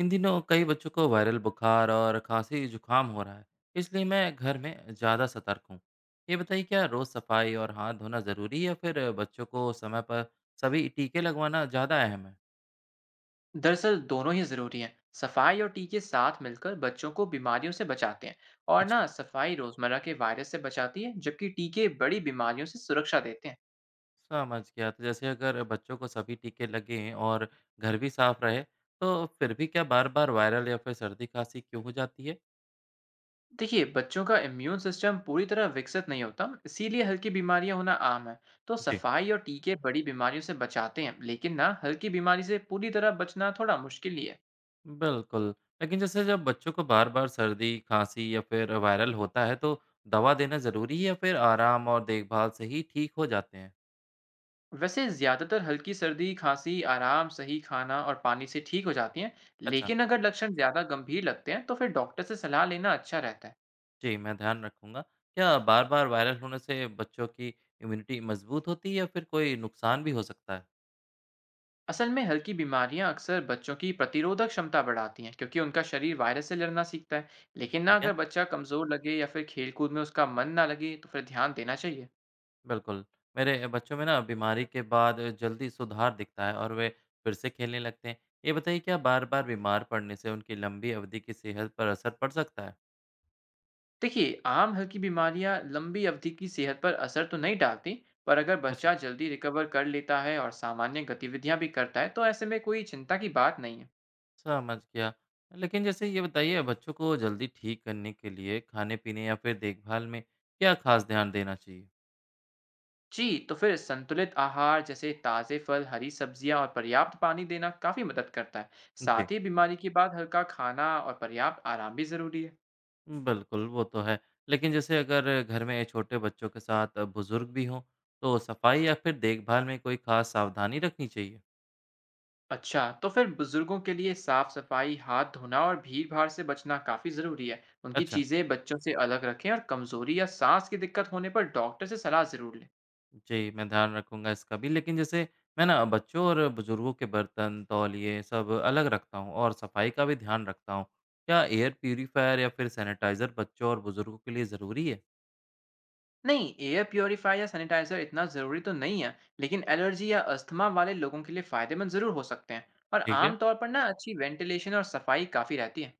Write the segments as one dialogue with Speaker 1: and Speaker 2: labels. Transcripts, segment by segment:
Speaker 1: इन दिनों कई बच्चों को वायरल बुखार और खांसी जुकाम हो रहा है। इसलिए मैं घर में ज़्यादा सतर्क हूँ। ये बताइए, क्या रोज़ सफाई और हाथ धोना ज़रूरी है या फिर बच्चों को समय पर सभी टीके लगवाना ज़्यादा अहम है?
Speaker 2: दरअसल दोनों ही ज़रूरी हैं। सफाई और टीके साथ मिलकर बच्चों को बीमारियों से बचाते हैं। और ना
Speaker 1: अच्छा,
Speaker 2: सफाई रोज़मर्रा के वायरस से बचाती है, जबकि टीके बड़ी बीमारियों से सुरक्षा देते हैं।
Speaker 1: समझ गया। तो जैसे अगर बच्चों को सभी टीके लगें और घर भी साफ रहे, तो फिर भी क्या बार बार वायरल या फिर सर्दी खांसी क्यों हो जाती है?
Speaker 2: देखिए, बच्चों का इम्यून सिस्टम पूरी तरह विकसित नहीं होता, इसीलिए हल्की बीमारियां होना आम है। तो
Speaker 1: जी,
Speaker 2: सफाई और टीके बड़ी बीमारियों से बचाते हैं, लेकिन ना हल्की बीमारी से पूरी तरह बचना थोड़ा मुश्किल ही है।
Speaker 1: बिल्कुल। लेकिन जैसे जब बच्चों को बार-बार सर्दी, खाँसी या फिर वायरल होता है, तो दवा देना ज़रूरी है या फिर आराम और देखभाल से ही ठीक हो जाते हैं?
Speaker 2: वैसे ज़्यादातर हल्की सर्दी, खांसी, आराम, सही खाना और पानी से ठीक हो जाती हैं,
Speaker 1: अच्छा।
Speaker 2: लेकिन अगर लक्षण ज़्यादा गंभीर लगते हैं तो फिर डॉक्टर से सलाह लेना अच्छा रहता है।
Speaker 1: जी, मैं ध्यान रखूँगा। क्या बार-बार वायरल होने से बच्चों की इम्यूनिटी मजबूत होती है या फिर कोई नुकसान भी हो सकता है?
Speaker 2: असल में हल्की बीमारियां अक्सर बच्चों की प्रतिरोधक क्षमता बढ़ाती हैं, क्योंकि उनका शरीर वायरस से लड़ना सीखता है। लेकिन ना
Speaker 1: ठीक
Speaker 2: अगर
Speaker 1: है,
Speaker 2: बच्चा कमज़ोर लगे या फिर खेलकूद में उसका मन ना लगे तो फिर ध्यान देना चाहिए।
Speaker 1: बिल्कुल। मेरे बच्चों में ना बीमारी के बाद जल्दी सुधार दिखता है और वे फिर से खेलने लगते हैं। ये बताइए, क्या बार-बार बीमार पड़ने से उनकी लंबी अवधि की सेहत पर असर पड़ सकता है?
Speaker 2: देखिए, आम हल्की बीमारियां लंबी अवधि की सेहत पर असर तो नहीं डालती, पर अगर
Speaker 1: अच्छा,
Speaker 2: बच्चा जल्दी रिकवर कर लेता है और सामान्य गतिविधियां भी करता है तो ऐसे में कोई चिंता की बात नहीं है।
Speaker 1: समझ गया। लेकिन जैसे ये बताइए, बच्चों को जल्दी ठीक करने के लिए खाने-पीने या फिर देखभाल में क्या खास ध्यान देना चाहिए?
Speaker 2: जी, तो फिर संतुलित आहार जैसे ताज़े फल, हरी सब्जियां और पर्याप्त पानी देना काफ़ी मदद करता है।
Speaker 1: जी।
Speaker 2: साथ ही बीमारी के बाद हल्का खाना और पर्याप्त आराम भी ज़रूरी है।
Speaker 1: बिल्कुल, वो तो है। लेकिन जैसे अगर घर में छोटे बच्चों के साथ बुजुर्ग भी हों, तो सफाई या फिर देखभाल में कोई खास सावधानी रखनी चाहिए?
Speaker 2: अच्छा, तो फिर बुजुर्गों के लिए साफ सफाई, हाथ धोना और भीड़ भाड़ से बचना काफ़ी ज़रूरी है। उनकी
Speaker 1: अच्छा।
Speaker 2: चीज़ें बच्चों से अलग रखें और कमज़ोरी या सांस की दिक्कत होने पर डॉक्टर से सलाह ज़रूर लें।
Speaker 1: जी, मैं ध्यान रखूँगा इसका भी। लेकिन जैसे मैं ना बच्चों और बुजुर्गों के बर्तन, तौलिए सब अलग रखता हूँ और सफाई का भी ध्यान रखता हूँ। क्या एयर प्यूरीफायर या फिर सैनिटाइज़र बच्चों और बुजुर्गों के लिए ज़रूरी है?
Speaker 2: नहीं, एयर प्योरीफायर या सैनिटाइज़र इतना ज़रूरी तो नहीं है, लेकिन एलर्जी या अस्थमा वाले लोगों के लिए फ़ायदेमंद ज़रूर हो सकते हैं। और
Speaker 1: ठीक है।
Speaker 2: आमतौर पर ना अच्छी वेंटिलेशन और सफाई काफ़ी रहती है।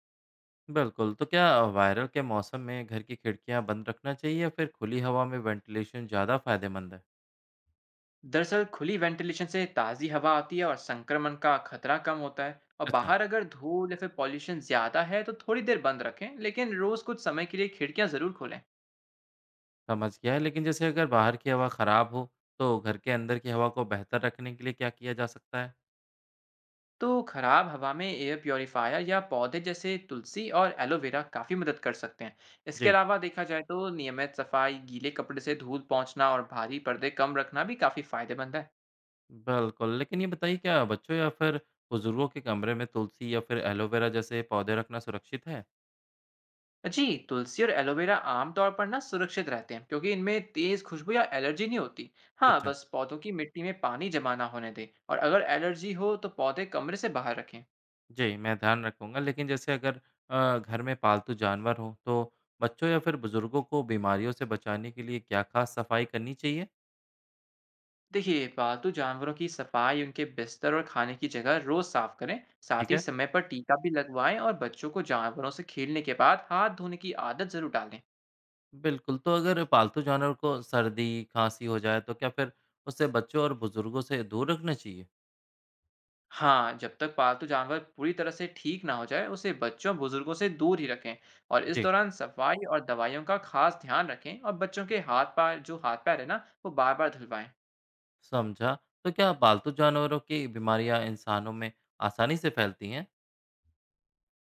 Speaker 1: बिल्कुल, तो क्या वायरल के मौसम में घर की खिड़कियाँ बंद रखना चाहिए या फिर खुली हवा में वेंटिलेशन ज़्यादा फ़ायदेमंद है?
Speaker 2: दरअसल खुली वेंटिलेशन से ताज़ी हवा आती है और संक्रमण का खतरा कम होता है, और
Speaker 1: अच्छा,
Speaker 2: बाहर अगर धूल या फिर पॉल्यूशन ज़्यादा है तो थोड़ी देर बंद रखें, लेकिन रोज़ कुछ समय के लिए खिड़कियां ज़रूर खोलें।
Speaker 1: समझ गया है। लेकिन जैसे अगर बाहर की हवा ख़राब हो, तो घर के अंदर की हवा को बेहतर रखने के लिए क्या किया जा सकता है?
Speaker 2: तो खराब हवा में एयर प्योरीफायर या पौधे जैसे तुलसी और एलोवेरा काफ़ी मदद कर सकते हैं। इसके
Speaker 1: जी।
Speaker 2: अलावा देखा जाए तो नियमित सफाई, गीले कपड़े से धूल पहुंचना और भारी पर्दे कम रखना भी काफ़ी फायदेमंद है।
Speaker 1: बिल्कुल, लेकिन ये बताइए, क्या बच्चों या फिर बुज़ुर्गों के कमरे में तुलसी या फिर एलोवेरा जैसे पौधे रखना सुरक्षित है?
Speaker 2: जी, तुलसी और एलोवेरा आमतौर पर ना सुरक्षित रहते हैं, क्योंकि इनमें तेज खुशबू या एलर्जी नहीं होती। हाँ,
Speaker 1: अच्छा।
Speaker 2: बस पौधों की मिट्टी में पानी जमा ना होने दें और अगर एलर्जी हो तो पौधे कमरे से बाहर रखें।
Speaker 1: जी, मैं ध्यान रखूँगा, लेकिन जैसे अगर घर में पालतू जानवर हों, तो बच्चों या फिर बुज़ुर्गों को बीमारियों से बचाने के लिए क्या खास सफाई करनी चाहिए?
Speaker 2: देखिए, पालतू जानवरों की सफाई, उनके बिस्तर और खाने की जगह रोज साफ करें। साथ
Speaker 1: ठीक
Speaker 2: ही
Speaker 1: है।
Speaker 2: समय पर टीका भी लगवाएं और बच्चों को जानवरों से खेलने के बाद हाथ धोने की आदत जरूर डालें।
Speaker 1: बिल्कुल, तो अगर पालतू जानवर को सर्दी, खाँसी हो जाए, तो क्या फिर उसे बच्चों और बुजुर्गों से दूर रखना चाहिए?
Speaker 2: हाँ, जब तक पालतू जानवर पूरी तरह से ठीक ना हो जाए, उसे बच्चों, बुजुर्गों से दूर ही रखें और इस
Speaker 1: जी,
Speaker 2: दौरान सफाई और दवाइयों का खास ध्यान रखें और बच्चों के हाथ पैर है ना, वो बार-बार धुलवाएं।
Speaker 1: समझा। तो क्या पालतू जानवरों की बीमारियाँ इंसानों में आसानी से फैलती हैं?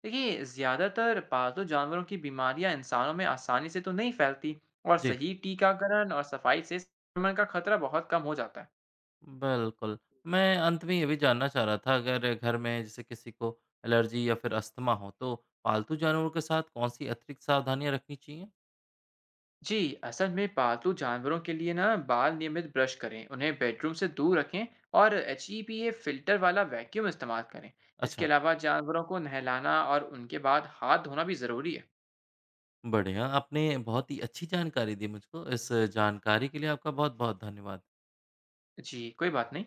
Speaker 2: देखिए, ज़्यादातर पालतू जानवरों की बीमारियां इंसानों में आसानी से तो नहीं फैलती और
Speaker 1: जी,
Speaker 2: सही टीकाकरण और सफाई से संक्रमण का खतरा बहुत कम हो जाता है।
Speaker 1: बिल्कुल। मैं अंत में ये भी जानना चाह रहा था, अगर घर में जैसे किसी को एलर्जी या फिर अस्थमा हो, तो पालतू जानवरों के साथ कौन-सी अतिरिक्त सावधानियाँ रखनी चाहिए?
Speaker 2: जी, असल में पालतू जानवरों के लिए ना बाल नियमित ब्रश करें, उन्हें बेडरूम से दूर रखें और HEPA फिल्टर वाला वैक्यूम इस्तेमाल करें। इसके
Speaker 1: अच्छा,
Speaker 2: अलावा जानवरों को नहलाना और उनके बाद हाथ धोना भी ज़रूरी है।
Speaker 1: बढ़िया। आपने बहुत ही अच्छी जानकारी दी मुझको। इस जानकारी के लिए आपका बहुत-बहुत धन्यवाद।
Speaker 2: जी, कोई बात नहीं।